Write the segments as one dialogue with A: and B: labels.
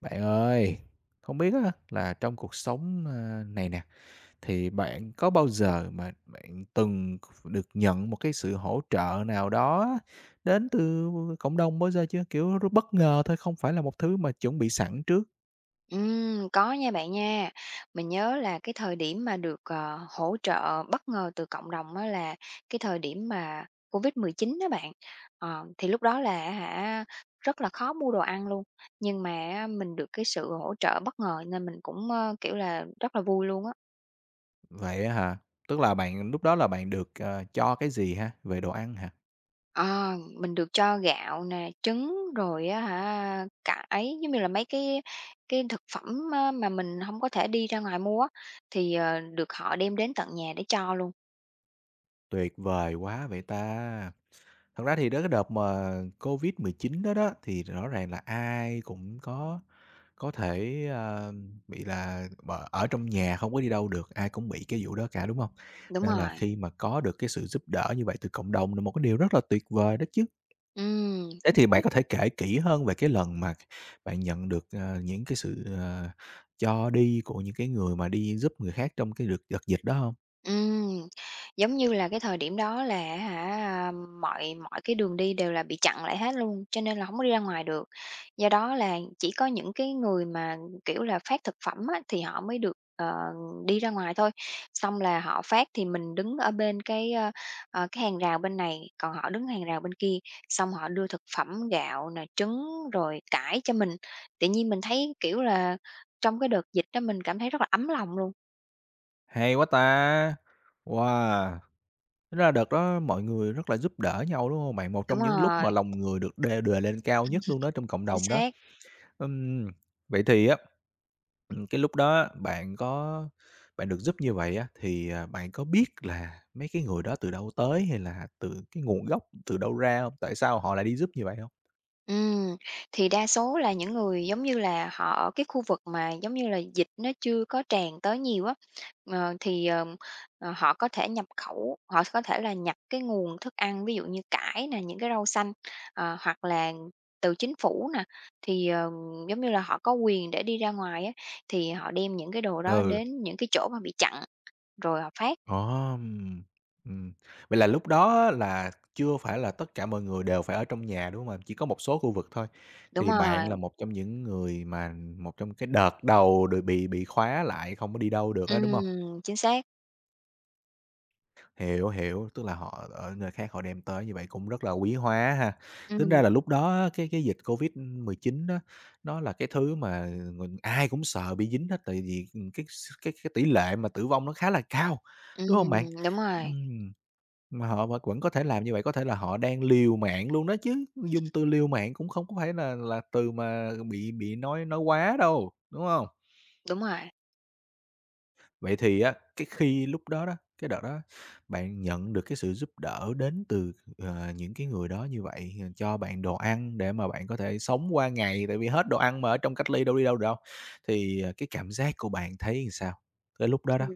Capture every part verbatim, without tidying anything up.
A: Bạn ơi, không biết á là trong cuộc sống, ơ, này nè, thì bạn có bao giờ mà bạn từng được nhận một cái sự hỗ trợ nào đó đến từ cộng đồng bao giờ chưa? Kiểu r bất ngờ thôi, không phải là một thứ mà chuẩn bị sẵn trước.
B: Ừm, có nha bạn nha. Mình nhớ là cái thời điểm mà được, ờ, hỗ trợ bất ngờ từ cộng đồng đó là cái thời điểm mà Covid mười chín đó bạn. Ờ, thì lúc đó là hả, rất là khó mua đồ ăn luôn, nhưng mà mình được cái sự hỗ trợ bất ngờ nên mình cũng, ơ, kiểu là, rất là vui luôn á.
A: Vậy á hả? Tức là bạn lúc đó là bạn được, ờ, cho cái gì ha? Về đồ ăn hả?
B: Ờ, mình được cho gạo nè, trứng rồi á hả, cải, giống như là, mấy cái cái thực phẩm á mà mình không có thể đi ra ngoài mua á, thì, ờ, được họ đem đến tận nhà để cho luôn.
A: Tuyệt vời quá vậy ta! Thật ra thì đó cái đợt mà covid mười chín đó đó, thì rõ ràng là ai cũng có có thể, ờ, bị là b ở trong nhà không có đi đâu được, ai cũng bị cái vụ đó cả, đúng không?
B: Đúng
A: Nên là
B: rồi,
A: khi mà có được cái sự giúp đỡ như vậy từ cộng đồng là một cái điều rất là tuyệt vời đó chứ.
B: ừm,
A: Thế
B: chính
A: thì
B: xác.
A: bạn có thể kể kỹ hơn về cái lần mà bạn nhận được, ờ, những cái sự, ờ, cho đi của những cái người mà đi giúp người khác trong cái đợt đợt dịch đó không?
B: Ừm, giống như là cái thời điểm đó là hả, mọi mọi cái đường đi đều là bị chặn lại hết luôn, cho nên là không có đi ra ngoài được. Do đó là chỉ có những cái người mà, kiểu là, phát thực phẩm á, thì họ mới được, ờ, đi ra ngoài thôi. Xong là họ phát thì mình đứng ở bên cái, ơ, ờ, cái hàng rào bên này, còn họ đứng hàng rào bên kia, xong họ đưa thực phẩm gạo nè, trứng rồi cải cho mình. Tự nhiên mình thấy, kiểu là, trong cái đợt dịch đó mình cảm thấy rất là ấm lòng luôn.
A: Hay quá ta! Wow! Tính ra đợt đó mọi người rất là giúp đỡ nhau, đúng hông bạn? Một
B: Đúng
A: trong những lúc
B: rồi,
A: mà lòng người được đê đề lên cao nhất luôn đó trong cộng
B: chính
A: đồng đó.
B: xác.
A: Ừm, vậy thì á, ừm, cái lúc đó bạn có bạn được giúp như vậy á, thì, à, bạn có biết là mấy cái người đó từ đâu tới hay là từ cái nguồn gốc từ đâu ra hông? Tại sao họ lại đi giúp như vậy không?
B: Ừm, thì đa số là những người, giống như là, họ ở cái khu vực mà, giống như là, dịch nó chưa có tràn tới nhiều á, ờ, thì, ờm, ờ, họ có thể nhập khẩu, họ có thể là nhập cái nguồn thức ăn, ví dụ như cải nè, những cái rau xanh, ờ, hoặc là từ chính phủ nè, thì, ờm, giống như là, họ có quyền để đi ra ngoài á, thì họ đem những cái đồ đó
A: Ừ.
B: đến những cái chỗ mà bị chặn rồi họ phát.
A: Ờm, ừm. Vậy là lúc đó là chưa phải là tất cả mọi người đều phải ở trong nhà, đúng hông bạn? Chỉ có một số khu vực thôi.
B: Đúng
A: Thì
B: rồi,
A: bạn là một trong những người mà một trong cái đợt đầu được bị bị khóa lại không có đi đâu được á, đúng hông?
B: ừm, chính xác,
A: Hiểu, hiểu, tức là họ ở nơi khác họ đem tới như vậy cũng rất là quý hóa ha. Tính
B: ừm,
A: ra là lúc đó á, cái cái dịch covid mười chín á, nó là cái thứ mà mình ai cũng sợ bị dính hết, tại vì, ừm, cái s cái cái tỷ lệ mà tử vong nó khá là cao, đúng hông
B: ừm,
A: bạn?
B: đúng rồi,
A: Ừm. Mà họ vẫn vẫn có thể làm như vậy, có thể là họ đang liều mạng luôn đó chứ, dùng từ liều mạng cũng không có phải là là từ mà bị bị nói nói quá đâu, đúng không?
B: đúng rồi.
A: Vậy thì á, cái khi lúc đó đó, cái đợt đó bạn nhận được cái sự giúp đỡ đến từ, ờ, những cái người đó như vậy, ờ, cho bạn đồ ăn để mà bạn có thể sống qua ngày, tại vì hết đồ ăn mà ở trong cách ly đâu đi đâu được đâu, thì, ờ, cái cảm giác của bạn thấy làm sao? Cái lúc đó đó.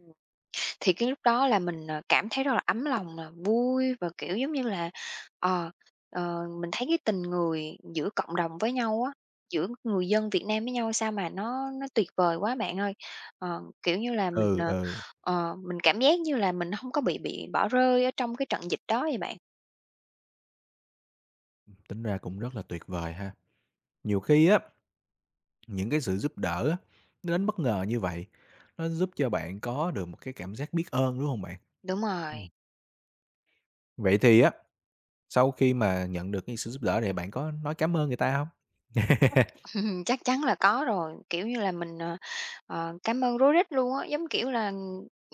B: Thì cái lúc đó là mình, ờ, cảm thấy rất là ấm lòng nè, vui và, kiểu, giống như là, ờ, ờ, mình thấy cái tình người giữa cộng đồng với nhau á, giữa người dân Việt Nam với nhau sao mà nó nó tuyệt vời quá bạn ơi. Ờ, kiểu như là, mình,
A: Ừ,
B: ờ,
A: ừ,
B: ờ, mình cảm giác như là mình không có bị bị bỏ rơi ở trong cái trận dịch đó vậy bạn.
A: tính ra cũng rất là tuyệt vời ha. Nhiều khi á những cái sự giúp đỡ á, nó đến bất ngờ như vậy, nó giúp cho bạn có được một cái cảm giác biết ơn, đúng không bạn?
B: Đúng rồi.
A: Ừm, vậy thì á, sau khi mà nhận được cái sự giúp đỡ này bạn có nói cảm ơn người ta không?
B: Ừm, chắc chắn là có rồi, kiểu như là, mình, ờ, ờ, cảm ơn rối rít luôn á, giống kiểu là,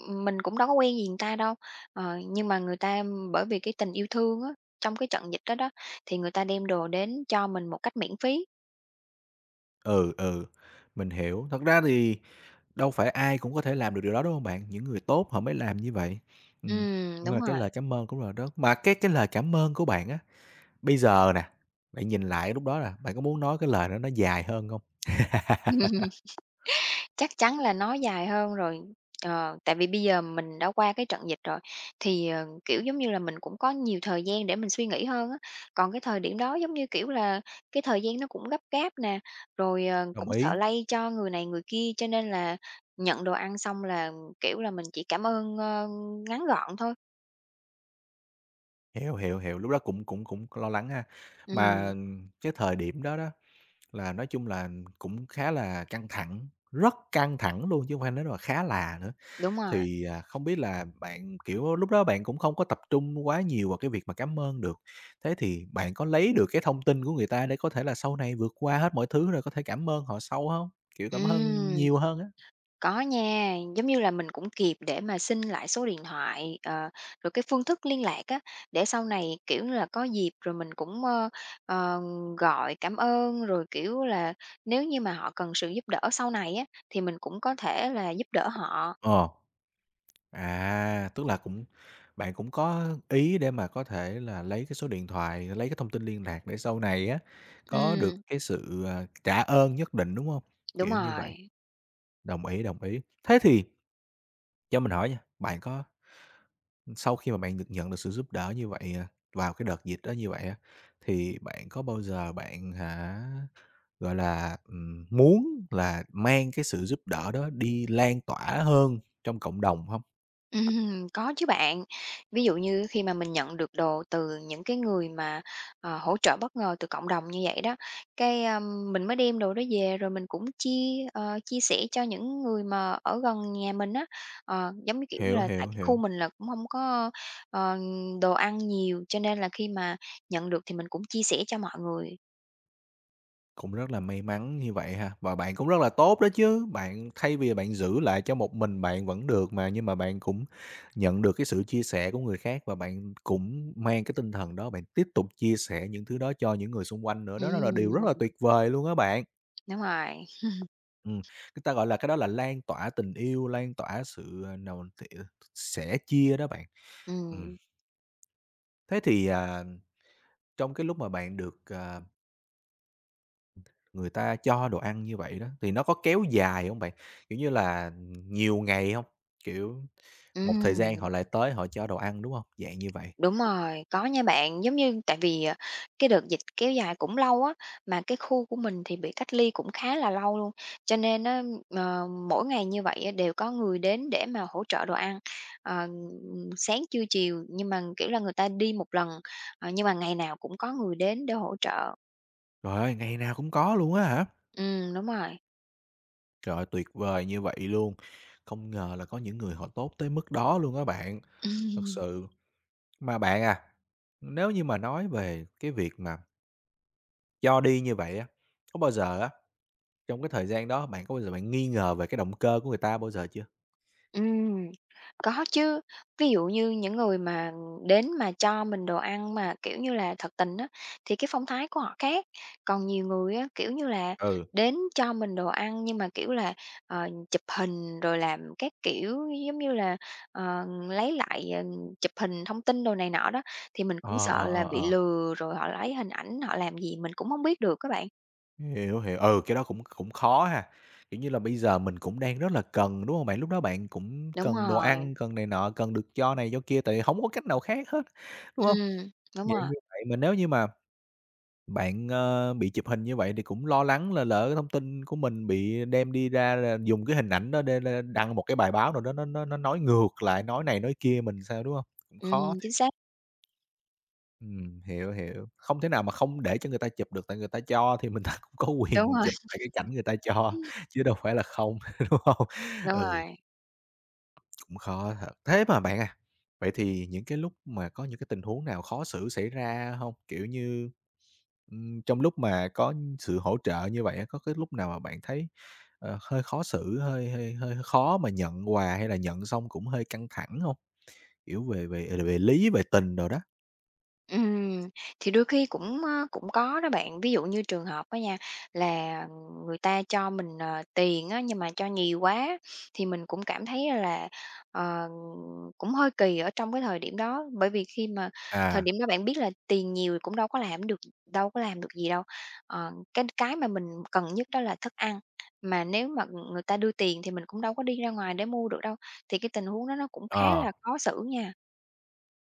B: mình cũng đâu có quen gì người ta đâu, ờ, nhưng mà người ta bởi vì cái tình yêu thương á, trong cái trận dịch đó đó, thì người ta đem đồ đến cho mình một cách miễn phí.
A: Ừ, ừ, mình hiểu. Thật ra thì đâu phải ai cũng có thể làm được điều đó, đúng không bạn? Những người tốt họ mới làm như vậy. Ừm,
B: Ừm,
A: đúng
B: đúng
A: rồi, cái
B: rồi.
A: lời cảm ơn cũng là đó mà cái cái lời cảm ơn của bạn á, bây giờ nè, bạn nhìn lại lúc đó nè, bạn có muốn nói cái lời đó nó dài hơn không?
B: Chắc chắn là nó dài hơn rồi, ờ, tại vì bây giờ mình đã qua cái trận dịch rồi, thì, ờ, kiểu, giống như là, mình cũng có nhiều thời gian để mình suy nghĩ hơn á. Còn cái thời điểm đó, giống như, kiểu là, cái thời gian nó cũng gấp gáp nè, rồi, ờ, cũng
A: Đồng
B: sợ
A: ý.
B: lây cho người này người kia, cho nên là nhận đồ ăn xong là, kiểu là, mình chỉ cảm ơn, ơ, ngắn gọn thôi.
A: Hiểu, hiểu, hiểu, lúc đó cũng cũng cũng lo lắng ha. Mà
B: Ừm,
A: cái thời điểm đó đó là nói chung là cũng khá là căng thẳng, rất căng thẳng luôn chứ không phải nói là khá là nữa.
B: đúng rồi,
A: Thì, à, không biết là bạn, kiểu, lúc đó bạn cũng không có tập trung quá nhiều vào cái việc mà cảm ơn được. Thế thì bạn có lấy được cái thông tin của người ta để có thể là sau này vượt qua hết mọi thứ rồi có thể cảm ơn họ sau không? Kiểu, cảm ơn
B: ừm.
A: nhiều hơn á.
B: Có nha, giống như là mình cũng kịp để mà xin lại số điện thoại, ờ, rồi cái phương thức liên lạc á, để sau này, kiểu như là, có dịp rồi mình cũng, ơ, ờ, gọi cảm ơn, rồi, kiểu là, nếu như mà họ cần sự giúp đỡ sau này á, thì mình cũng có thể là giúp đỡ họ.
A: Ờ. À, tức là cũng bạn cũng có ý để mà có thể là lấy cái số điện thoại, lấy cái thông tin liên lạc để sau này á, có được
B: Ừm,
A: cái sự, à, trả ơn nhất định, đúng hông?
B: đúng
A: Kiểu như vậy,
B: rồi.
A: đồng ý, đồng ý. Thế thì cho mình hỏi nha, bạn có sau khi mà bạn được nhận được sự giúp đỡ như vậy, à, vào cái đợt dịch đó như vậy á, thì bạn có bao giờ bạn hả, gọi là, ừm, muốn là mang cái sự giúp đỡ đó đi lan tỏa hơn trong cộng đồng hông?
B: Ừm, có chứ bạn. Ví dụ như khi mà mình nhận được đồ từ những cái người mà, ờ, hỗ trợ bất ngờ từ cộng đồng như vậy đó, cái, a, mình mới đem đồ đó về rồi mình cũng chia, ờ, chia sẻ cho những người mà ở gần nhà mình á. Ờ, giống như, kiểu
A: Hiểu,
B: là, tại
A: hiểu,
B: cái khu
A: hiểu.
B: mình là cũng không có, ờ, đồ ăn nhiều, cho nên là khi mà nhận được thì mình cũng chia sẻ cho mọi người.
A: Cũng rất là may mắn như vậy ha, và bạn cũng rất là tốt đó chứ, bạn thay vì bạn giữ lại cho một mình bạn vẫn được mà, nhưng mà bạn cũng nhận được cái sự chia sẻ của người khác và bạn cũng mang cái tinh thần đó, bạn tiếp tục chia sẻ những thứ đó cho những người xung quanh nữa, đó là điều rất
B: Ừm,
A: là tuyệt vời luôn á bạn.
B: đúng rồi.
A: Ừm, người ta gọi là cái đó là lan tỏa tình yêu, lan tỏa sự, ờ, nào thì- ờ, sẻ chia đó bạn. Ừm,
B: Ừm,
A: thế thì, à, trong cái lúc mà bạn được, ờ người ta cho đồ ăn như vậy đó, thì nó có kéo dài không bạn? Kiểu như là, nhiều ngày không? Kiểu, một thời gian
B: ừm.
A: họ lại tới họ cho đồ ăn, đúng không? Dạng như vậy.
B: Đúng rồi, có nha bạn. Giống như tại vì, à, cái đợt dịch kéo dài cũng lâu á, mà cái khu của mình thì bị cách ly cũng khá là lâu luôn, cho nên á, ờ, mỗi ngày như vậy á đều có người đến để mà hỗ trợ đồ ăn, ờ, ừm, sáng, trưa, chiều, nhưng mà, kiểu là, người ta đi một lần, ờ, nhưng mà ngày nào cũng có người đến để hỗ trợ.
A: Trời ơi, ngày nào cũng có luôn á hả?
B: Ừm, đúng rồi.
A: Trời ơi, tuyệt vời như vậy luôn! Không ngờ là có những người họ tốt tới mức đó luôn á bạn, thật sự. Mà bạn à, nếu như mà nói về cái việc mà cho đi như vậy á, có bao giờ á, trong cái thời gian đó bạn có bao giờ bạn nghi ngờ về cái động cơ của người ta bao giờ chưa?
B: Ừm, có chứ. Ví dụ như những người mà đến mà cho mình đồ ăn mà, kiểu như là, thật tình á, thì cái phong thái của họ khác. Còn nhiều người á, kiểu như là,
A: Ừ,
B: đến cho mình đồ ăn nhưng mà, kiểu là, ờ, chụp hình rồi làm các kiểu, giống như là, ờ, lấy lại, ờ, chụp hình thông tin đồ này nọ đó, thì mình cũng
A: ờ,
B: sợ
A: ờ,
B: là
A: ờ,
B: bị
A: ờ.
B: lừa rồi họ lấy hình ảnh họ làm gì mình cũng không biết được các bạn.
A: Hiểu, hiểu. Ừ, cái đó cũng cũng khó ha. Kiểu như là, bây giờ mình cũng đang rất là cần, đúng không bạn? Lúc đó bạn cũng
B: Đúng
A: cần đồ
B: rồi,
A: ăn, cần này nọ, cần được cho này cho kia, tại vì hổng có cách nào khác hết, đúng không?
B: ừm, đúng
A: Vậy
B: rồi,
A: như vậy mà nếu như mà bạn, ơ, bị chụp hình như vậy thì cũng lo lắng là lỡ cái thông tin của mình bị đem đi ra là dùng cái hình ảnh đó để để đăng một cái bài báo nào đó nó nó nó nói ngược lại, nói này nói kia mình sao, đúng không? Cũng khó.
B: ừm, chính xác,
A: Ừm, hiểu, hiểu. Không thể nào mà không để cho người ta chụp được, tại người ta cho thì mình ta cũng có
B: đúng
A: quyền
B: rồi,
A: chụp lại cái cảnh người ta cho, chứ đâu phải là không, đúng không?
B: đúng
A: Ừ,
B: rồi.
A: cũng khó thật. Thế mà bạn à, vậy thì những cái lúc mà có những cái tình huống nào khó xử xảy ra không? Kiểu như, ừm, trong lúc mà có sự hỗ trợ như vậy á, có cái lúc nào mà bạn thấy, ờ, hơi khó xử, hơi hơi hơi khó mà nhận quà hay là nhận xong cũng hơi căng thẳng không? Kiểu về về về lý, về tình rồi đó.
B: Ừm, thì đôi khi cũng, ơ, cũng có đó bạn. Ví dụ như trường hợp đó nha, là người ta cho mình, ờ, tiền á, nhưng mà cho nhiều quá thì mình cũng cảm thấy là, ờ, cũng hơi kỳ ở trong cái thời điểm đó. Bởi vì khi mà thời
A: À,
B: điểm đó bạn biết là tiền nhiều thì cũng đâu có làm được đâu có làm được gì đâu. Ờ, cái cái mà mình cần nhất đó là thức ăn, mà nếu mà người ta đưa tiền thì mình cũng đâu có đi ra ngoài để mua được đâu, thì cái tình huống đó nó cũng khá
A: ờ.
B: là khó xử nha.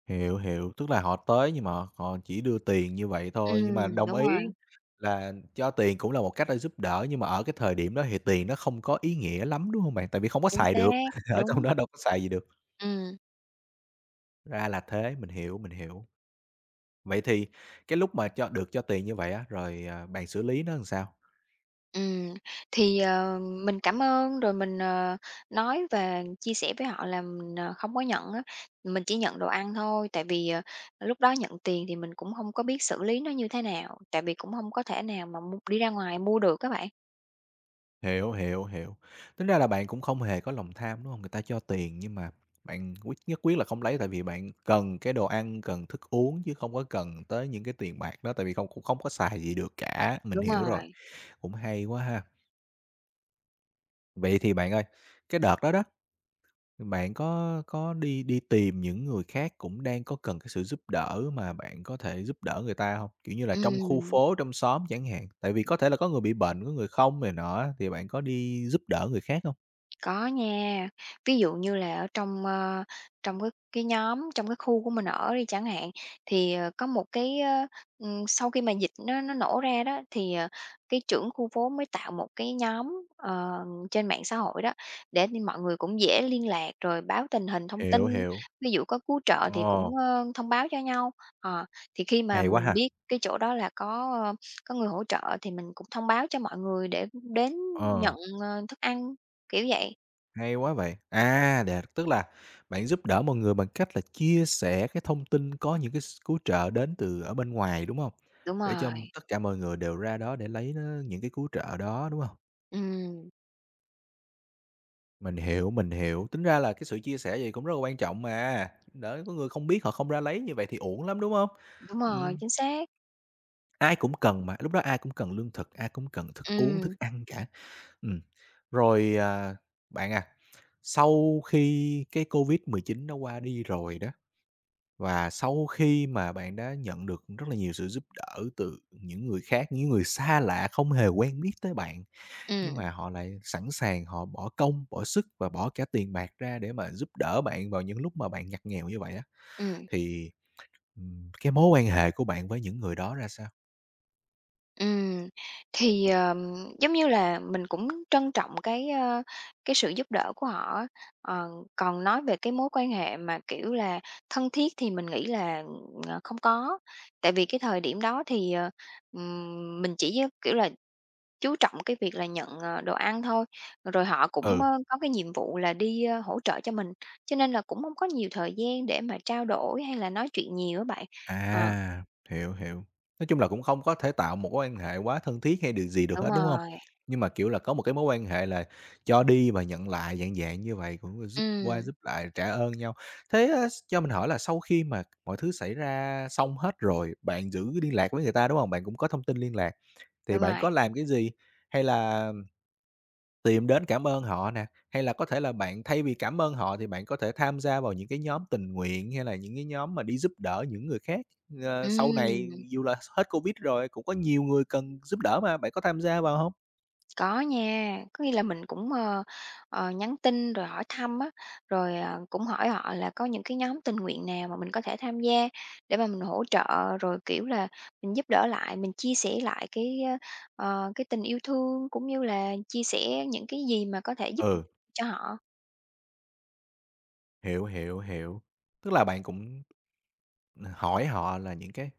A: Hiểu, hiểu, tức là họ tới nhưng mà họ họ chỉ đưa tiền như vậy thôi, nhưng mà
B: Ừm,
A: đồng
B: đúng
A: ý
B: rồi,
A: là cho tiền cũng là một cách để giúp đỡ, nhưng mà ở cái thời điểm đó thì tiền nó không có ý nghĩa lắm, đúng hông bạn? Tại vì không có
B: chính
A: xài được,
B: xác,
A: ở trong
B: đúng.
A: đó đâu có xài gì được.
B: Ừm,
A: Ra là thế, mình hiểu, mình hiểu. Vậy thì cái lúc mà cho được cho tiền như vậy á, rồi, à, bạn xử lý nó làm sao?
B: ừm, thì, ờ, mình cảm ơn, rồi mình, ờ, nói và chia sẻ với họ là mình, ờ, không có nhận á, mình chỉ nhận đồ ăn thôi, tại vì, ờ, lúc đó nhận tiền thì mình cũng hông có biết xử lý nó như thế nào, tại vì cũng hông có thể nào mà mua đi ra ngoài mua được á bạn.
A: Hiểu, hiểu, hiểu. Tính ra là bạn cũng không hề có lòng tham, đúng không? Người ta cho tiền nhưng mà bạn quyết nhất quyết là không lấy tại vì bạn cần cái đồ ăn, cần thức uống chứ không có cần tới những cái tiền bạc đó, tại vì không cũng không có xài gì được cả. Mình
B: Đúng
A: hiểu rồi,
B: rồi,
A: cũng hay quá ha. Vậy thì bạn ơi, cái đợt đó đó, bạn có có đi đi tìm những người khác cũng đang có cần cái sự giúp đỡ mà bạn có thể giúp đỡ người ta không? Kiểu như là trong khu
B: ừm.
A: phố, trong xóm chẳng hạn, tại vì có thể là có người bị bệnh, có người không này nọ thì bạn có đi giúp đỡ người khác không?
B: Có nha, ví dụ như là ở trong, ơ, trong cái cái nhóm, trong cái khu của mình ở đi chẳng hạn, thì, ờ, có một cái, ơ, ừm, sau khi mà dịch nó nó nổ ra đó, thì, ờ, cái trưởng khu phố mới tạo một cái nhóm, ờ, trên mạng xã hội đó, để nên mọi người cũng dễ liên lạc rồi báo tình hình thông tin,
A: Hiểu, hiểu.
B: ví dụ có cứu trợ thì cũng,
A: Ồ,
B: ơ, thông báo cho nhau. Ờ, thì khi mà
A: hay quá
B: mình
A: ha!
B: biết cái chỗ đó là có, ơ, có người hỗ trợ thì mình cũng thông báo cho mọi người để đến nhận,
A: Ờ,
B: ờ, thức ăn, kiểu vậy.
A: hay quá vậy. À, để tức là bạn giúp đỡ mọi người bằng cách là chia sẻ cái thông tin có những cái s cứu trợ đến từ ở bên ngoài, đúng không?
B: Đúng
A: Để cho m-
B: rồi,
A: tất cả mọi người đều ra đó để lấy nó những cái cứu trợ đó, đúng không?
B: ừm,
A: Mình hiểu, mình hiểu. Tính ra là cái sự chia sẻ vậy cũng rất là quan trọng mà, đỡ có người không biết họ không ra lấy như vậy thì uổng lắm, đúng không?
B: đúng rồi,
A: Ừm,
B: chính xác.
A: ai cũng cần mà, lúc đó ai cũng cần lương thực, ai cũng cần thức uống,
B: Ừm,
A: thức ăn cả. Ừm. Rồi, à, bạn à, sau khi cái covid mười chín nó qua đi rồi đó, và sau khi mà bạn đã nhận được rất là nhiều sự giúp đỡ từ những người khác, những người xa lạ không hề quen biết tới bạn, nhưng
B: ừm,
A: mà họ lại sẵn sàng họ bỏ công, bỏ sức và bỏ cả tiền bạc ra để mà giúp đỡ bạn vào những lúc mà bạn ngặt nghèo như vậy á,
B: ừm,
A: thì, ừm, cái mối quan hệ của bạn với những người đó ra sao?
B: ừm. Thì, ờm, giống như là, mình cũng trân trọng cái, ơ, cái sự giúp đỡ của họ á. Ờ, Còn nói về cái mối quan hệ mà, kiểu là, thân thiết thì mình nghĩ là, ờ, không có, tại vì cái thời điểm đó thì, ờ, ừm, mình chỉ, kiểu là chú trọng cái việc là nhận, ờ, đồ ăn thôi, rồi họ cũng,
A: Ừ.
B: ơ, có cái nhiệm vụ là đi, ơ, hỗ trợ cho mình, cho nên là cũng không có nhiều thời gian để mà trao đổi hay là nói chuyện nhiều á bạn. Ờ,
A: À, hiểu, hiểu. Nói chung là cũng không có thể tạo một mối quan hệ quá thân thiết hay điều gì được
B: đúng
A: hết, đúng không?
B: rồi,
A: Nhưng mà, kiểu là, có một cái mối quan hệ là cho đi và nhận lại, dạng dạng như vậy, cũng giúp qua
B: ừm,
A: giúp lại, trả ơn nhau. Thế á, cho mình hỏi là sau khi mà mọi thứ xảy ra xong hết rồi, bạn giữ liên lạc với người ta, đúng không? Bạn cũng có thông tin liên lạc, thì
B: đúng
A: bạn
B: rồi,
A: có làm cái gì? Hay là tìm đến cảm ơn họ nè, hay là có thể là bạn thay vì cảm ơn họ thì bạn có thể tham gia vào những cái nhóm tình nguyện, hay là những cái nhóm mà đi giúp đỡ những người khác. Ờ, sau này
B: ừm.
A: dù là hết Covid rồi cũng có nhiều người cần giúp đỡ mà, bạn có tham gia vào hông?
B: Có nha, có nghĩa là mình cũng, ờ, ờ, nhắn tin rồi hỏi thăm á, rồi, ờ, cũng hỏi họ là có những cái nhóm tình nguyện nào mà mình có thể tham gia để mà mình hỗ trợ, rồi, kiểu là, mình giúp đỡ lại, mình chia sẻ lại cái, ờ, cái tình yêu thương cũng như là chia sẻ những cái gì mà có thể giúp được
A: Ừ,
B: cho họ.
A: hiểu, hiểu, hiểu. Tức là bạn cũng hỏi họ là những cái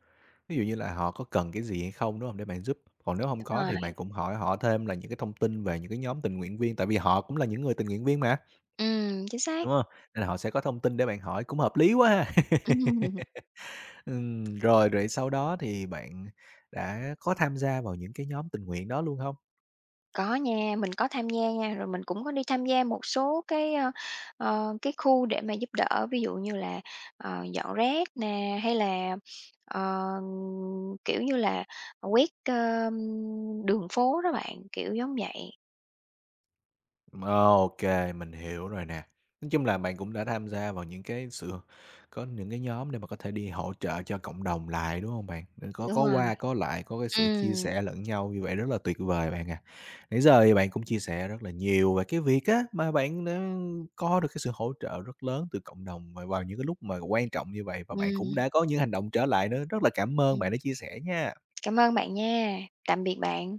A: ví dụ như là họ có cần cái gì hay không, đúng hông? Để bạn giúp. Còn nếu hông
B: Đúng
A: có thì
B: rồi,
A: bạn cũng hỏi họ thêm là những cái thông tin về những cái nhóm tình nguyện viên, tại vì họ cũng là những người tình nguyện viên mà,
B: ừm, chính xác.
A: đúng hông? Nên là họ sẽ có thông tin để bạn hỏi, cũng hợp lý quá ha. Ừm, rồi rồi sau đó thì bạn đã có tham gia vào những cái nhóm tình nguyện đó luôn không?
B: Có nha, mình có tham gia nha, rồi mình cũng có đi tham gia một số cái, ơ, ờ, cái khu để mà giúp đỡ, ví dụ như là, ờ, dọn rác nè, hay là, ờ, kiểu như là, quét, ơ, đường phố đó bạn, kiểu giống vậy.
A: OK, mình hiểu rồi nè. Nói chung là bạn cũng đã tham gia vào những cái sự có những cái nhóm để mà có thể đi hỗ trợ cho cộng đồng lại, đúng không bạn? Nên có
B: Đúng
A: có
B: rồi,
A: qua có lại, có cái sự chia
B: ừm,
A: sẻ lẫn nhau như vậy rất là tuyệt vời bạn à. Nãy giờ thì bạn cũng chia sẻ rất là nhiều về cái việc á, mà bạn đã có được cái sự hỗ trợ rất lớn từ cộng đồng và vào những cái lúc mà quan trọng như vậy và bạn cũng
B: ừm,
A: đã có những hành động trở lại nữa. Rất là cảm ơn
B: ừm.
A: bạn đã chia sẻ nha.
B: Cảm ơn bạn nha, tạm biệt bạn.